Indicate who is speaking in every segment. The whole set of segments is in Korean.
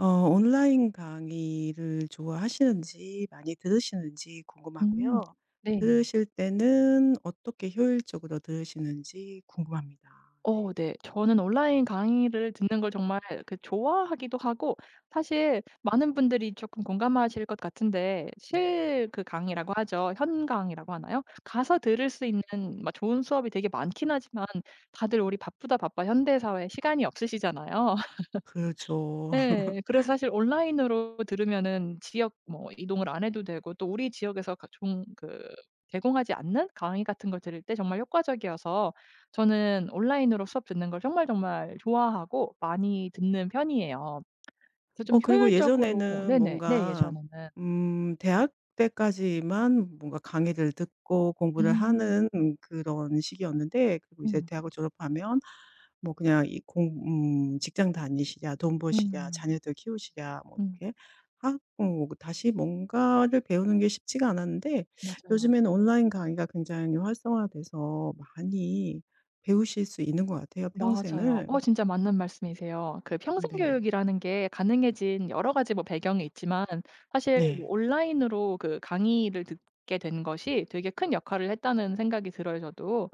Speaker 1: 온라인 강의를 좋아하시는지 많이 들으시는지
Speaker 2: 음.
Speaker 1: 궁금하고요.
Speaker 2: 네네.
Speaker 1: 들으실 때는 어떻게 효율적으로 들으시는지 궁금합니다. 네.
Speaker 2: 어 네. 저는 온라인 강의를 듣는 걸 정말 좋아하기도 하고 사실 많은 분들이 쪼끔 공감하실 것 같은데 실 그 강의라고 하죠. 현 강의라고 하나요? 가서 들을 수 있는 막 좋은 수업이 되게 많긴 하지만 다들 우리 바쁘다 바빠 현대사회 시간이 없으시잖아요.
Speaker 1: 그렇죠.
Speaker 2: 예. 그래서 사실 온라인으로 들으면은 지역 뭐 이동을 안 해도 되고 또 우리 지역에서 가 종 그 제공하지 않는 강의 같은 걸 들을 때 정말 효과적이어서 저는 온라인으로 수업 듣는 걸 정말 정말 좋아하고 많이 듣는 편이에요. 그래서 좀
Speaker 1: 그리고
Speaker 2: 효율적으로.
Speaker 1: 예전에는
Speaker 2: 네네. 네,
Speaker 1: 뭔가
Speaker 2: 예전에는.
Speaker 1: 음 대학 때까지만 뭔가 강의를 듣고 공부를
Speaker 2: 음.
Speaker 1: 하는 그런 시기였는데 그리고 이제
Speaker 2: 음.
Speaker 1: 대학을 졸업하면 뭐 그냥 이 공 직장 다니시랴, 돈 버시랴,
Speaker 2: 음.
Speaker 1: 자녀들 키우시랴 뭐
Speaker 2: 음.
Speaker 1: 이렇게 하고 다시 뭔가를 배우는 게 쉽지가 않았는데
Speaker 2: 맞아요,
Speaker 1: 요즘에는 온라인 강의가 굉장히 활성화돼서 많이 배우실 수 있는 것 같아요,
Speaker 2: 맞아요.
Speaker 1: 평생을.
Speaker 2: 진짜 맞는 말씀이세요. 평생
Speaker 1: 네.
Speaker 2: 교육이라는 게 가능해진 여러 가지 뭐 배경이 있지만 사실 뭐
Speaker 1: 네.
Speaker 2: 온라인으로 강의를 듣게 된 것이 되게 큰 역할을 했다는 생각이 들어요 저도.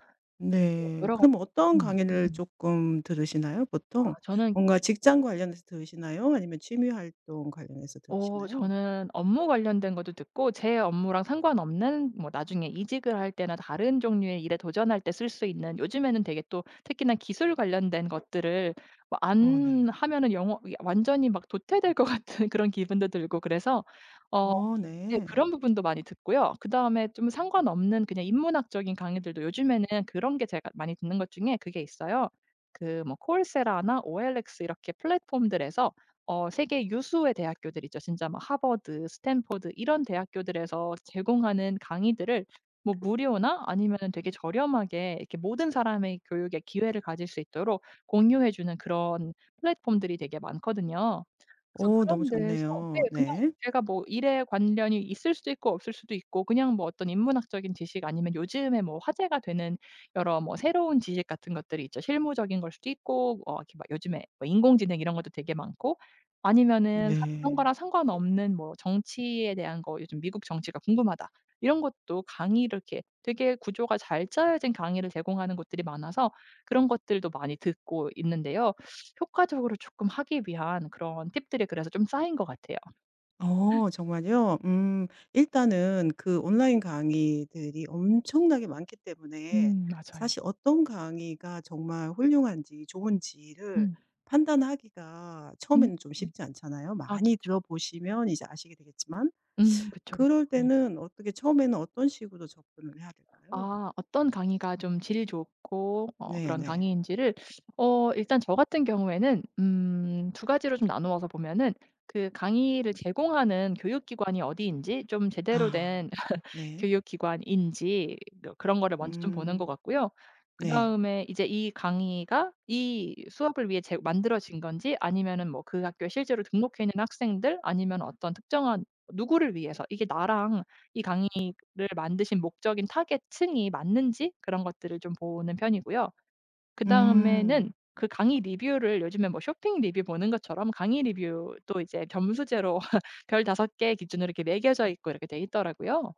Speaker 2: 어,
Speaker 1: 네.
Speaker 2: 여러 가지.
Speaker 1: 그럼 어떤
Speaker 2: 음.
Speaker 1: 강의를
Speaker 2: 음.
Speaker 1: 조금 들으시나요
Speaker 2: 아
Speaker 1: 보통?
Speaker 2: 저는
Speaker 1: 뭔가 직장 관련해서 들으시나요? 아니면 취미 활동 관련해서
Speaker 2: 어
Speaker 1: 들으시나요?
Speaker 2: 저는 업무 관련된 것도 듣고 제 업무랑 상관없는 뭐 나중에 이직을 할 때나 다른 종류의 일에 도전할 때 쓸 수 있는, 요즘에는 되게 또 특히나 기술 관련된 것들을 뭐
Speaker 1: 어
Speaker 2: 안
Speaker 1: 네.
Speaker 2: 하면은 영어 완전히 막 도태될 것 같은 그런 기분도 들고 그래서 어
Speaker 1: 어
Speaker 2: 네.
Speaker 1: 네.
Speaker 2: 그런 부분도 많이 듣고요. 그다음에 좀 상관없는 그냥 인문학적인 강의들도 요즘에는 그런 게 제가 많이 듣는 것 중에 그게 있어요. 콜세라나 OLX 이렇게 플랫폼들에서 세계 유수의 대학교들 있죠. 진짜 막 하버드, 스탠포드 이런 대학교들에서 제공하는 강의들을 뭐 무료나 아니면은 되게 저렴하게 이렇게 모든 사람의 교육의 기회를 가질 수 있도록 공유해 주는 그런 플랫폼들이 되게 많거든요. 그래서
Speaker 1: 오 너무
Speaker 2: 그런 데서 네,
Speaker 1: 좋네요.
Speaker 2: 그냥
Speaker 1: 네.
Speaker 2: 제가 뭐 일에 관련이 있을 수도 있고 없을 수도 있고 그냥 뭐 어떤 인문학적인 지식 아니면 요즘에 뭐 화제가 되는 여러 뭐 새로운 지식 같은 것들이 있죠. 실무적인 걸 수도 있고 이렇게 막 요즘에 뭐 인공지능 이런 것도 되게 많고 아니면은 사 그런
Speaker 1: 네.
Speaker 2: 거랑 상관없는 뭐 정치에 대한 거, '요즘 미국 정치가 궁금하다.' 이런 것도 강의를 이렇게 되게 구조가 잘 짜여진 강의를 제공하는 곳들이 많아서 그런 것들도 많이 듣고 있는데요. 효과적으로 쪼끔 하기 위한 그런 팁들이 그래서 좀 쌓인 것 같아요.
Speaker 1: 어 정말요? 일단은 그 온라인 강의들이 엄청나게 많기 때문에
Speaker 2: 맞아요.
Speaker 1: 사실 어떤 강의가 정말 훌륭한지 좋은지를
Speaker 2: 음.
Speaker 1: 판단하기가
Speaker 2: 음.
Speaker 1: 처음에는 좀 쉽지 않잖아요.
Speaker 2: 아
Speaker 1: 많이
Speaker 2: 그쵸.
Speaker 1: 들어보시면 이제 아시게 되겠지만.
Speaker 2: 그쵸, 그쵸.
Speaker 1: 그럴
Speaker 2: 어.
Speaker 1: 때는 어떻게 처음에는 어떤 식으로 접근을 해야 될까요?
Speaker 2: 아, 어떤 강의가 좀 질 좋고 그런
Speaker 1: 네네.
Speaker 2: 강의인지를 일단 저 같은 경우에는 두 가지로 좀 나누어서 보면은 강의를 제공하는 교육기관이 어디인지, 좀 제대로 된
Speaker 1: 아. 네.
Speaker 2: 교육기관인지 그런 거를 먼저 좀 보는 것
Speaker 1: 음.
Speaker 2: 같고요.
Speaker 1: 네.
Speaker 2: 그다음에 이제 이 강의가 이 수업을 위해 제 만들어진 건지, 아니면은 뭐 그 학교에 실제로 등록해 있는 학생들 아니면 어떤 특정한 누구를 위해서 이게 나랑 이 강의를 만드신 목적인 타겟층이 맞는지 그런 것들을 좀 보는 편이고요. 그다음에는
Speaker 1: 음.
Speaker 2: 강의 리뷰를 요즘에 뭐 쇼핑 리뷰 보는 것처럼 강의 리뷰도 이제 점수제로 별 5개 기준으로 이렇게 매겨져 있고 이렇게 돼 있더라고요.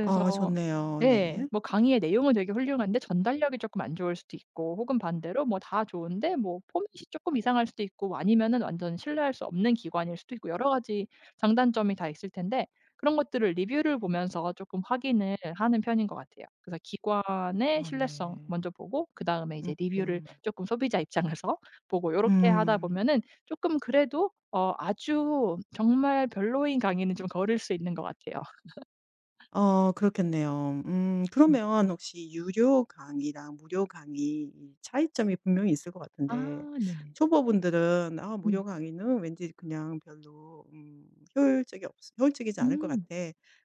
Speaker 1: 아 좋네요.
Speaker 2: 네,
Speaker 1: 네.
Speaker 2: 뭐 강의의 내용은 되게 훌륭한데 전달력이 조금 안 좋을 수도 있고, 혹은 반대로 뭐 다 좋은데 뭐 포맷이 조금 이상할 수도 있고, 뭐 아니면은 완전 신뢰할 수 없는 기관일 수도 있고, 여러 가지 장단점이 다 있을 텐데 그런 것들을 리뷰를 보면서 조금 확인을 하는 편인 것 같아요. 그래서 기관의
Speaker 1: 아
Speaker 2: 신뢰성
Speaker 1: 네.
Speaker 2: 먼저 보고 그다음에 이제
Speaker 1: 음음.
Speaker 2: 리뷰를
Speaker 1: 음.
Speaker 2: 조금 소비자 입장에서 보고 이렇게 하다
Speaker 1: 음.
Speaker 2: 보면은 조금 그래도 아주 정말 별로인 강의는 좀 거를 수 있는 것 같아요.
Speaker 1: 어 그렇겠네요. 그러면 혹시 유료 강의랑 무료 강의 이 차이점이 분명히 있을 것 같은데
Speaker 2: 아 네네.
Speaker 1: 초보분들은 '아
Speaker 2: 음.
Speaker 1: 무료 강의는 왠지 그냥 별로 효율적이 없 효율적이지 않을 것 같아.
Speaker 2: 음.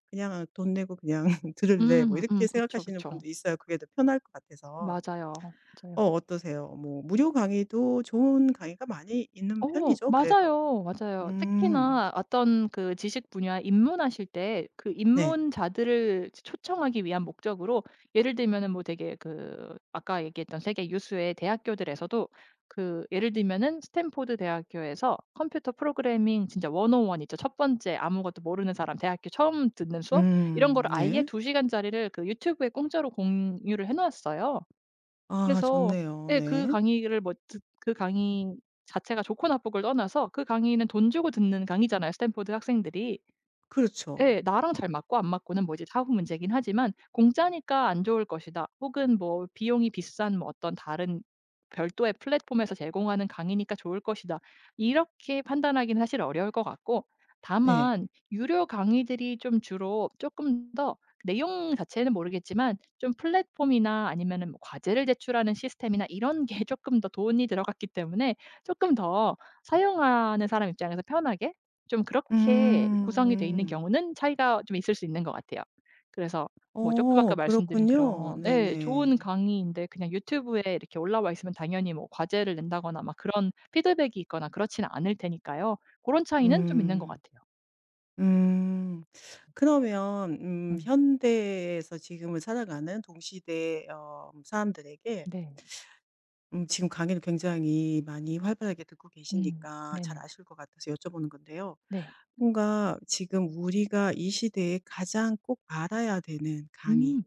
Speaker 1: 그냥 돈 내고 그냥 들을래.' 뭐
Speaker 2: 음.
Speaker 1: 이렇게
Speaker 2: 그쵸,
Speaker 1: 생각하시는
Speaker 2: 그쵸.
Speaker 1: 분도 있어요. 그게 더 편할 것 같아서.
Speaker 2: 맞아요.
Speaker 1: 어 어떠세요? 뭐 무료 강의도 좋은 강의가 많이 있는 편이죠 그래도.
Speaker 2: 맞아요, 맞아요.
Speaker 1: 음.
Speaker 2: 특히나 어떤 지식 분야 입문하실 때 그
Speaker 1: 네.
Speaker 2: 입문자들을 초청하기 위한 목적으로, 예를 들면은 뭐 되게 아까 얘기했던 세계 유수의 대학교들에서도 예를 들면은 스탠포드 대학교에서 컴퓨터 프로그래밍 진짜 101 있죠. 첫 번째 아무것도 모르는 사람 대학교 처음 듣는 수업, 이런 거를 아예
Speaker 1: 네.
Speaker 2: 두 시간짜리를 유튜브에 공짜로 공유를 해 놓았어요.
Speaker 1: 아
Speaker 2: 그래서
Speaker 1: 좋네요.
Speaker 2: 예, 그
Speaker 1: 네.
Speaker 2: 강의를 뭐 듣 그 강의 자체가 좋고 나쁘고를 떠나서 그 강의는 돈 주고 듣는 강의잖아요 스탠포드 학생들이.
Speaker 1: 그렇죠.
Speaker 2: 예. 나랑 잘 맞고 안 맞고는 뭐 이제 사후 문제긴 하지만 '공짜니까 안 좋을 것이다.' 혹은 뭐 '비용이 비싼 뭐 어떤 다른 별도의 플랫폼에서 제공하는 강의니까 좋을 것이다.' 이렇게 판단하기는 사실 어려울 것 같고,
Speaker 1: 네.
Speaker 2: 다만 유료 강의들이 좀 주로 쪼끔 더, 내용 자체는 모르겠지만 좀 플랫폼이나 아니면은 뭐 과제를 제출하는 시스템이나 이런 게 쪼끔 더 돈이 들어갔기 때문에 쪼끔 더 사용하는 사람 입장에서 편하게 좀 그렇게 구성이 돼 있는
Speaker 1: 음.
Speaker 2: 경우는 차이가 좀 있을 수 있는 것 같아요. 그래서 뭐 조금
Speaker 1: 어
Speaker 2: 아까 말씀드린
Speaker 1: 그렇군요.
Speaker 2: 그런, 예
Speaker 1: 네네.
Speaker 2: 좋은 강의인데 그냥 유튜브에 이렇게 올라와 있으면 당연히 뭐 과제를 낸다거나 막 그런 피드백이 있거나 그렇지는 않을 테니까요. 그런 차이는 좀 있는 것
Speaker 1: 음.
Speaker 2: 같아요.
Speaker 1: 음. 그러면
Speaker 2: 음.
Speaker 1: 현대에서 지금을 살아가는 동시대 사람들에게
Speaker 2: 네.
Speaker 1: 지금 강의를 굉장히 많이 활발하게 듣고
Speaker 2: 음.
Speaker 1: 계시니까 잘
Speaker 2: 네네.
Speaker 1: 아실 것 같아서 여쭤보는 건데요.
Speaker 2: 네.
Speaker 1: 뭔가 지금 우리가 이 시대에 가장 꼭 알아야 되는 강의,
Speaker 2: 음.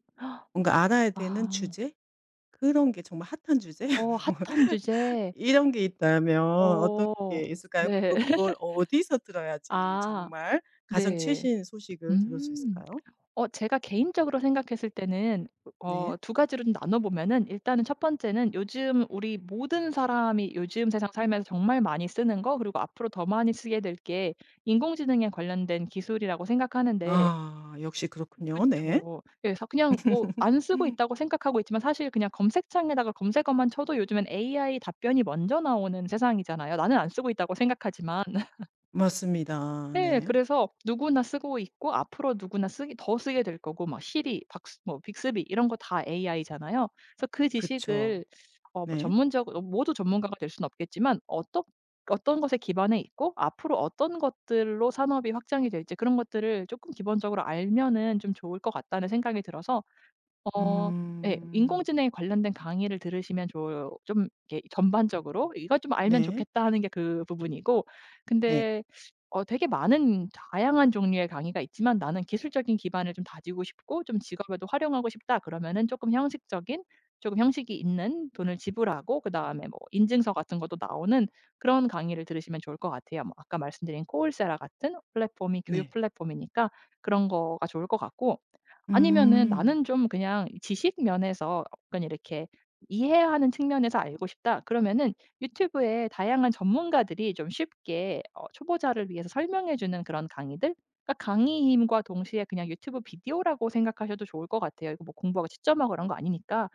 Speaker 1: 뭔가 알아야 되는
Speaker 2: 아.
Speaker 1: 주제? 그런 게 정말 핫한 주제?
Speaker 2: 어 핫한 주제.
Speaker 1: 이런 게 있다면 어떤
Speaker 2: 어.
Speaker 1: 게 있을까요?
Speaker 2: 네.
Speaker 1: 그리고 그걸 어디서 들어야지
Speaker 2: 아.
Speaker 1: 정말 가장
Speaker 2: 네.
Speaker 1: 최신 소식을 들을 수
Speaker 2: 음.
Speaker 1: 있을까요?
Speaker 2: 제가 개인적으로 생각했을 때는
Speaker 1: 네.
Speaker 2: 두 가지로 좀 나눠 보면은, 일단은 첫 번째는 요즘 우리 모든 사람이 요즘 세상 살면서 정말 많이 쓰는 거, 그리고 앞으로 더 많이 쓰게 될 게 인공지능에 관련된 기술이라고 생각하는데.
Speaker 1: 아 역시 그렇군요. 네.
Speaker 2: 그쵸. 그래서 그냥 뭐 안 쓰고 있다고 생각하고 있지만 사실 그냥 검색창에다가 검색어만 쳐도 요즘엔 AI 답변이 먼저 나오는 세상이잖아요. 나는 안 쓰고 있다고 생각하지만.
Speaker 1: 맞습니다.
Speaker 2: 예.
Speaker 1: 네.
Speaker 2: 그래서 누구나 쓰고 있고 앞으로 누구나 쓰기 더 쓰게 될 거고 막 시리, 박스 뭐 빅스비 이런 거 다 AI잖아요. 그래서
Speaker 1: 그쵸.
Speaker 2: 지식을
Speaker 1: 네.
Speaker 2: 전문적으로 모두 전문가가 될 수는 없겠지만 어떤 것에 기반해 있고 앞으로 어떤 것들로 산업이 확장이 될지, 그런 것들을 조금 기본적으로 알면은 좀 좋을 것 같다는 생각이 들어서 어 예.
Speaker 1: 음.
Speaker 2: 인공지능에 관련된 강의를 들으시면 좋을, 좀 이렇게 전반적으로 '이거 좀 알면
Speaker 1: 네.
Speaker 2: 좋겠다.' 하는 게 그 부분이고,
Speaker 1: 네.
Speaker 2: 근데 되게 많은 다양한 종류의 강의가 있지만 '나는 기술적인 기반을 좀 다지고 싶고 좀 직업에도 활용하고 싶다.' 그러면은 조금 형식이 있는, 돈을 지불하고 그다음에 뭐 인증서 같은 것도 나오는 그런 강의를 들으시면 좋을 것 같아요. 뭐 아까 말씀드린 코울세라 같은 플랫폼이 교육
Speaker 1: 네.
Speaker 2: 플랫폼이니까 그런 거가 좋을 것 같고, 아니면은
Speaker 1: 음.
Speaker 2: '나는 좀 그냥 지식 면에서 약간 이렇게 이해하는 측면에서 알고 싶다.' 그러면은 유튜브에 다양한 전문가들이 좀 쉽게 초보자를 위해서 설명해 주는 그런 강의들? 그러니까 강의임과 동시에 그냥 유튜브 비디오라고 생각하셔도 좋을 것 같아요. 이거 뭐 공부하고 채점하고 그런 거 아니니까.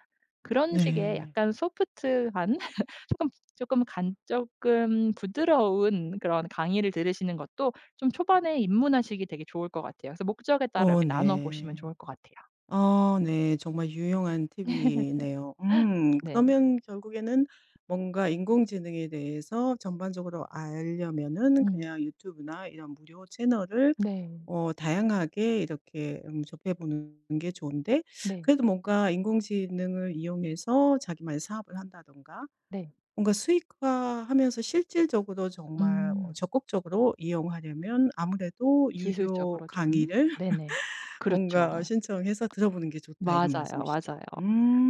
Speaker 2: 그런 식의
Speaker 1: 네.
Speaker 2: 약간 소프트한 조금 조금 부드러운 그런 강의를 들으시는 것도 좀 초반에 입문하시기 되게 좋을 것 같아요. 그래서 목적에 따라
Speaker 1: 어
Speaker 2: 이렇게 나눠 보시면
Speaker 1: 네.
Speaker 2: 좋을 것 같아요.
Speaker 1: 아 네. 정말 유용한 팁이네요.
Speaker 2: 네.
Speaker 1: 그러면 결국에는 뭔가 인공지능에 대해서 전반적으로 알려면은
Speaker 2: 음.
Speaker 1: 그냥 유튜브나 이런 무료 채널을
Speaker 2: 네.
Speaker 1: 다양하게 이렇게 접해 보는 게 좋은데
Speaker 2: 네.
Speaker 1: 그래도 뭔가 인공지능을 이용해서 자기만의 사업을 한다든가
Speaker 2: 네.
Speaker 1: 뭔가 수익화하면서 실질적으로 정말
Speaker 2: 음.
Speaker 1: 적극적으로 이용하려면 아무래도 유료
Speaker 2: 기술적으로 좀.
Speaker 1: 강의를
Speaker 2: 네네. 그렇죠.
Speaker 1: 뭔가 '신청해서 들어보는 게 좋다.' 이런
Speaker 2: 맞아요,
Speaker 1: 말씀이시죠.
Speaker 2: 맞아요.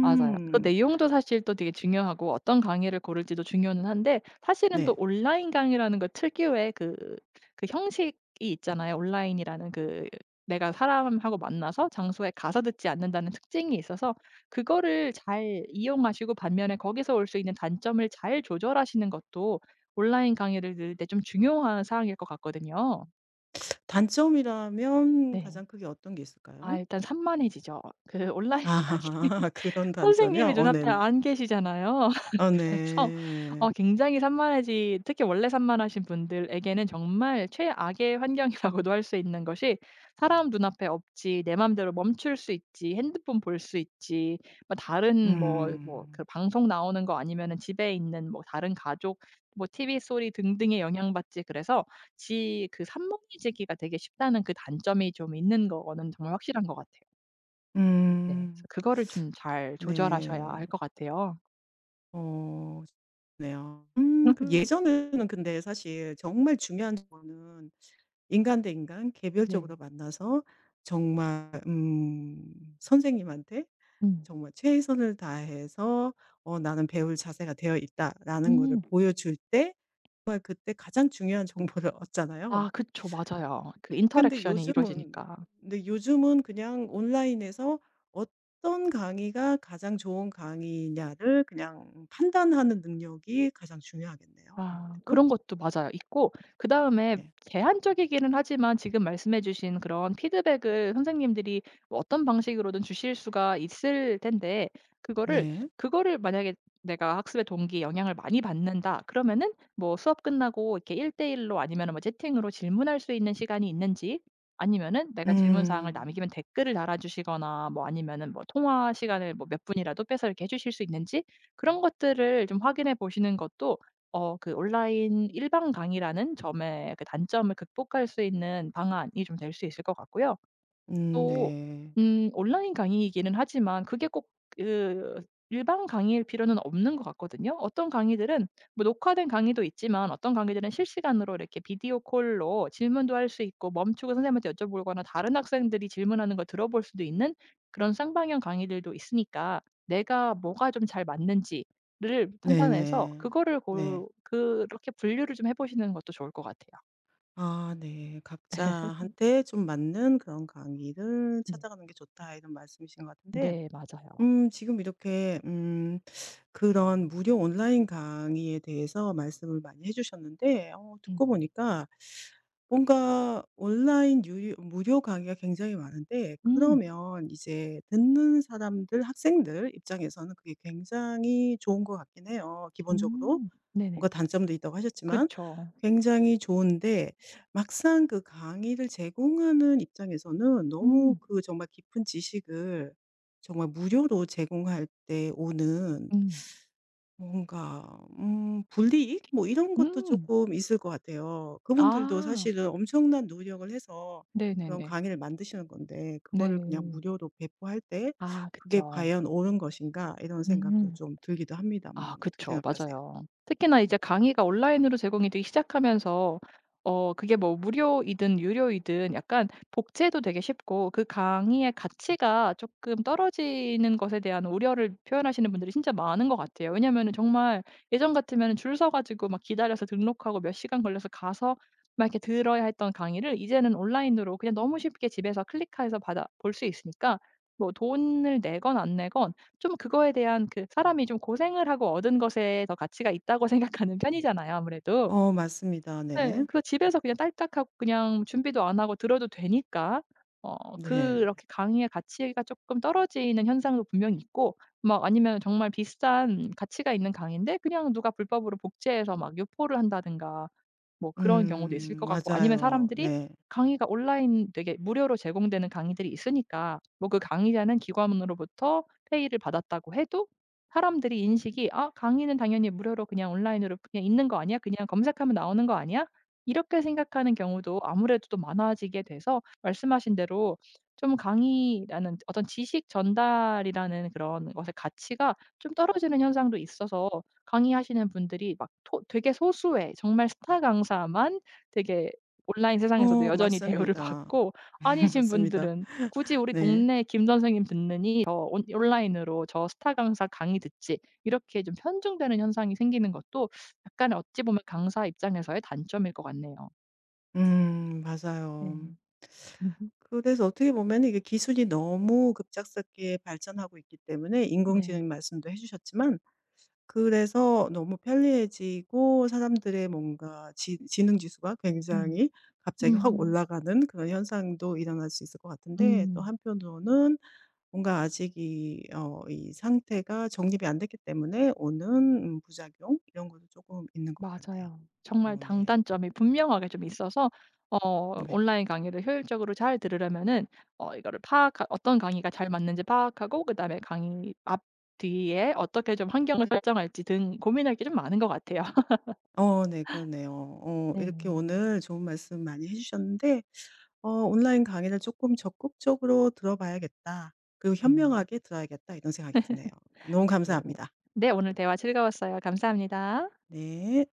Speaker 2: 맞아요. 내용도 사실 또 되게 중요하고 어떤 강의를 고를지도 중요는 한데, 사실은 또
Speaker 1: 네.
Speaker 2: 온라인 강의라는 것 특유의 그 형식이 있잖아요. 온라인이라는 그, 내가 사람하고 만나서 장소에 가서 듣지 않는다는 특징이 있어서 그거를 잘 이용하시고 반면에 거기서 올 수 있는 단점을 잘 조절하시는 것도 온라인 강의를 들을 때 좀 중요한 사항일 것 같거든요.
Speaker 1: 단점이라면
Speaker 2: 네.
Speaker 1: 가장 크게 어떤 게
Speaker 2: 아
Speaker 1: 있을까요?
Speaker 2: 일단 산만해지죠. 그 온라인
Speaker 1: 아
Speaker 2: 강의.
Speaker 1: 그런 단점이요?
Speaker 2: 선생님이
Speaker 1: 어
Speaker 2: 눈앞에
Speaker 1: 네네.
Speaker 2: 안 계시잖아요.
Speaker 1: 아
Speaker 2: 그래서
Speaker 1: 네.
Speaker 2: 굉장히 산만해지 특히 원래 산만하신 분들에게는 정말 최악의 환경이라고도 할 수 있는 것이, 사람 눈앞에 없지, 내 맘대로 멈출 수 있지, 핸드폰 볼 수 있지, 뭐 다른
Speaker 1: 음.
Speaker 2: 방송 나오는 거 아니면은 집에 있는 뭐 다른 가족 뭐 TV 소리 등등에 영향받지, 그래서 지 그 산만해지기가 되게 쉽다는 그 단점이 좀 있는 거는 정말 확실한 것 같아요. 네. 그래서
Speaker 1: 음.
Speaker 2: 그거를 좀 잘 조절하셔야 할
Speaker 1: 네.
Speaker 2: 것 같아요.
Speaker 1: 어 네요. 그 예전에는 근데 사실 정말 중요한 거는 인간 대 인간
Speaker 2: 네.
Speaker 1: 개별적으로 만나서 정말 선생님한테
Speaker 2: 음.
Speaker 1: 정말 최선을 다해서 '나는 배울 자세가 되어 있다.'라는 거를
Speaker 2: 음.
Speaker 1: 보여줄 때 정말 그때 가장 중요한 정보를
Speaker 2: 아
Speaker 1: 얻잖아요.
Speaker 2: 그쵸. 맞아요. 그
Speaker 1: 근데
Speaker 2: 인터랙션이
Speaker 1: 요즘은
Speaker 2: 이루어지니까.
Speaker 1: 근데 요즘은 그냥 온라인에서 어떤 강의가 가장 좋은 강의냐를 그냥 판단하는 능력이 가장 중요하겠네요
Speaker 2: 아
Speaker 1: 아무래도.
Speaker 2: 그런 것도 맞아요. 있고, 그다음에
Speaker 1: 네.
Speaker 2: 제한적이기는 하지만 지금 말씀해 주신 그런 피드백을 선생님들이 뭐 어떤 방식으로든 주실 수가 있을 텐데 그거를
Speaker 1: 네.
Speaker 2: 그거를 만약에 '내가 학습의 동기에 영향을 많이 받는다.' 그러면은 뭐 수업 끝나고 이렇게 1 대1로 아니면 뭐 채팅으로 질문할 수 있는 시간이 있는지, 아니면은 내가 질문 사항을
Speaker 1: 음.
Speaker 2: 남기면 댓글을 달아 주시거나, 뭐 아니면은 뭐 통화 시간을 뭐 몇 분이라도 빼서 이렇게 해 주실 수 있는지, 그런 것들을 좀 확인해 보시는 것도 온라인 일반 강의라는 점의 그 단점을 극복할 수 있는 방안이 좀 될 수 있을 것 같고요. 또
Speaker 1: 네.
Speaker 2: 온라인 강의이기는 하지만 그게 꼭 그 일반 강의일 필요는 없는 것 같거든요. 어떤 강의들은 뭐 녹화된 강의도 있지만 어떤 강의들은 실시간으로 이렇게 비디오 콜로 질문도 할 수 있고 멈추고 선생님한테 여쭤보거나 다른 학생들이 질문하는 걸 들어볼 수도 있는 그런 쌍방향 강의들도 있으니까 내가 뭐가 좀 잘 맞는지를 판단해서
Speaker 1: 네네.
Speaker 2: 그거를
Speaker 1: 네.
Speaker 2: 골 그렇게 분류를 좀 해 보시는 것도 좋을 것 같아요.
Speaker 1: 아 네. 각자한테 좀 맞는 그런 강의를
Speaker 2: 네.
Speaker 1: 찾아가는 게 좋다 이런 말씀이신 것 같은데
Speaker 2: 네 맞아요.
Speaker 1: 지금 이렇게 그런 무료 온라인 강의에 대해서 말씀을 많이 해 주셨는데 어
Speaker 2: 음.
Speaker 1: 듣고 보니까 뭔가 온라인 유료 무료 강의가 굉장히 많은데
Speaker 2: 음.
Speaker 1: 그러면 이제 듣는 사람들 학생들 입장에서는 그게 굉장히 좋은 것 같긴 해요 기본적으로.
Speaker 2: 음. 네네.
Speaker 1: 뭔가 단점도 있다고 하셨지만
Speaker 2: 그쵸.
Speaker 1: 굉장히 좋은데 막상 그 강의를 제공하는 입장에서는 너무
Speaker 2: 음.
Speaker 1: 그 정말 깊은 지식을 정말 무료로 제공할 때 오는
Speaker 2: 음.
Speaker 1: 뭔가 불이익 뭐 이런 것도
Speaker 2: 음.
Speaker 1: 조금 있을 것 같아요. 그분들도
Speaker 2: 아.
Speaker 1: 사실은 엄청난 노력을 해서 그런
Speaker 2: 네네네.
Speaker 1: 강의를 만드시는 건데 그거를 그냥
Speaker 2: 네.
Speaker 1: 무료로 배포할 때
Speaker 2: 아
Speaker 1: '그게
Speaker 2: 그쵸.
Speaker 1: 과연 옳은 것인가?' 이런 생각도
Speaker 2: 음.
Speaker 1: 좀 들기도
Speaker 2: 아
Speaker 1: 합니다만 어떻게
Speaker 2: 그쵸.
Speaker 1: 생각하세요?
Speaker 2: 맞아요. 특히나 이제
Speaker 1: 네.
Speaker 2: 강의가 온라인으로 제공이 되기 시작하면서 그게 뭐 무료이든 유료이든 약간 복제도 되게 쉽고, 그 강의의 가치가 조금 떨어지는 것에 대한 우려를 표현하시는 분들이 진짜 많은 것 같아요. 왜냐면은 정말 예전 같으면 줄 서 가지고 막 기다려서 등록하고 몇 시간 걸려서 가서 막 이렇게 들어야 했던 강의를 이제는 온라인으로 그냥 너무 쉽게 집에서 클릭해서 받아 볼 수 있으니까, 뭐 돈을 내건 안 내건, 좀 그거에 대한 그 사람이 좀 고생을 하고 얻은 것에 더 가치가 있다고 생각하는 편이잖아요 아무래도.
Speaker 1: 어 맞습니다.
Speaker 2: 예.
Speaker 1: 네.
Speaker 2: 그래서 집에서 그냥 딸딱하고 그냥 준비도 안 하고 들어도 되니까
Speaker 1: 네.
Speaker 2: 그렇게 강의의 가치가 쪼끔 떨어지는 현상도 분명히 있고, 막 아니면 정말 비싼 가치가 있는 강의인데 그냥 누가 불법으로 복제해서 막 유포를 한다든가 뭐 그런 경우도 있을 것 같고, 아니면
Speaker 1: 맞아요.
Speaker 2: 사람들이,
Speaker 1: 네.
Speaker 2: 강의가 온라인 되게 무료로 제공되는 강의들이 있으니까 뭐 그 강의자는 기관으로부터 페이를 받았다고 해도 사람들이 인식이 '아, 강의는 당연히 무료로 그냥 온라인으로 그냥 있는 거 아니야? 그냥 검색하면 나오는 거 아니야?' 이렇게 생각하는 경우도 아무래도 또 많아지게 돼서, 말씀하신 대로 좀 강의라는 어떤 지식 전달이라는 그런 것의 가치가 좀 떨어지는 현상도 있어서, 강의하시는 분들이 막 토 되게 소수의 정말 스타 강사만 되게 온라인 세상에서도
Speaker 1: 어
Speaker 2: 여전히 대우를
Speaker 1: 맞습니다.
Speaker 2: 받고, 아니신
Speaker 1: 맞습니다.
Speaker 2: 분들은 "굳이 우리
Speaker 1: 네.
Speaker 2: 동네 김 선생님 듣느니 저 온 온라인으로 저 스타 강사 강의 듣지." 이렇게 좀 편중되는 현상이 생기는 것도 약간 어찌 보면 강사 입장에서의 단점일 것 같네요.
Speaker 1: 맞아요.
Speaker 2: 네. 음
Speaker 1: 그래서 어떻게 보면 이게 기술이 너무 급작스럽게 발전하고 있기 때문에
Speaker 2: 네.
Speaker 1: 인공지능 말씀도 해 주셨지만 그래서 너무 편리해지고 사람들의 뭔가 지 지능 지수가
Speaker 2: 음.
Speaker 1: 굉장히 갑자기 확
Speaker 2: 음.
Speaker 1: 올라가는 그런 현상도 일어날 수 있을 것 같은데 또
Speaker 2: 음.
Speaker 1: 한편으로는 뭔가 아직 이 상태가 정립이 안 됐기 때문에 오는 부작용 이런 것도 조금 있는 것 같네요.
Speaker 2: 맞아요. 정말
Speaker 1: 어 네.
Speaker 2: 장단점이 분명하게 좀 있어서 어
Speaker 1: 네.
Speaker 2: 온라인 강의를 효율적으로 잘 들으려면은 어 이거를 파악하 어떤 강의가 잘 맞는지 파악하고 그다음에 강의 앞 뒤에 어떻게 좀 환경을 설정할지 등 고민할 게 좀 많은 것 같아요.
Speaker 1: 어 네 그렇네요. 어 이렇게
Speaker 2: 네.
Speaker 1: 오늘 좋은 말씀 많이 해 주셨는데 어 '온라인 강의를 조금 적극적으로 들어봐야겠다. 그리고
Speaker 2: 음.
Speaker 1: 현명하게 들어야겠다.' 이런 생각이 드네요. 너무
Speaker 2: 네.
Speaker 1: 감사합니다.
Speaker 2: 네. 오늘 대화 즐거웠어요. 감사합니다.
Speaker 1: 네.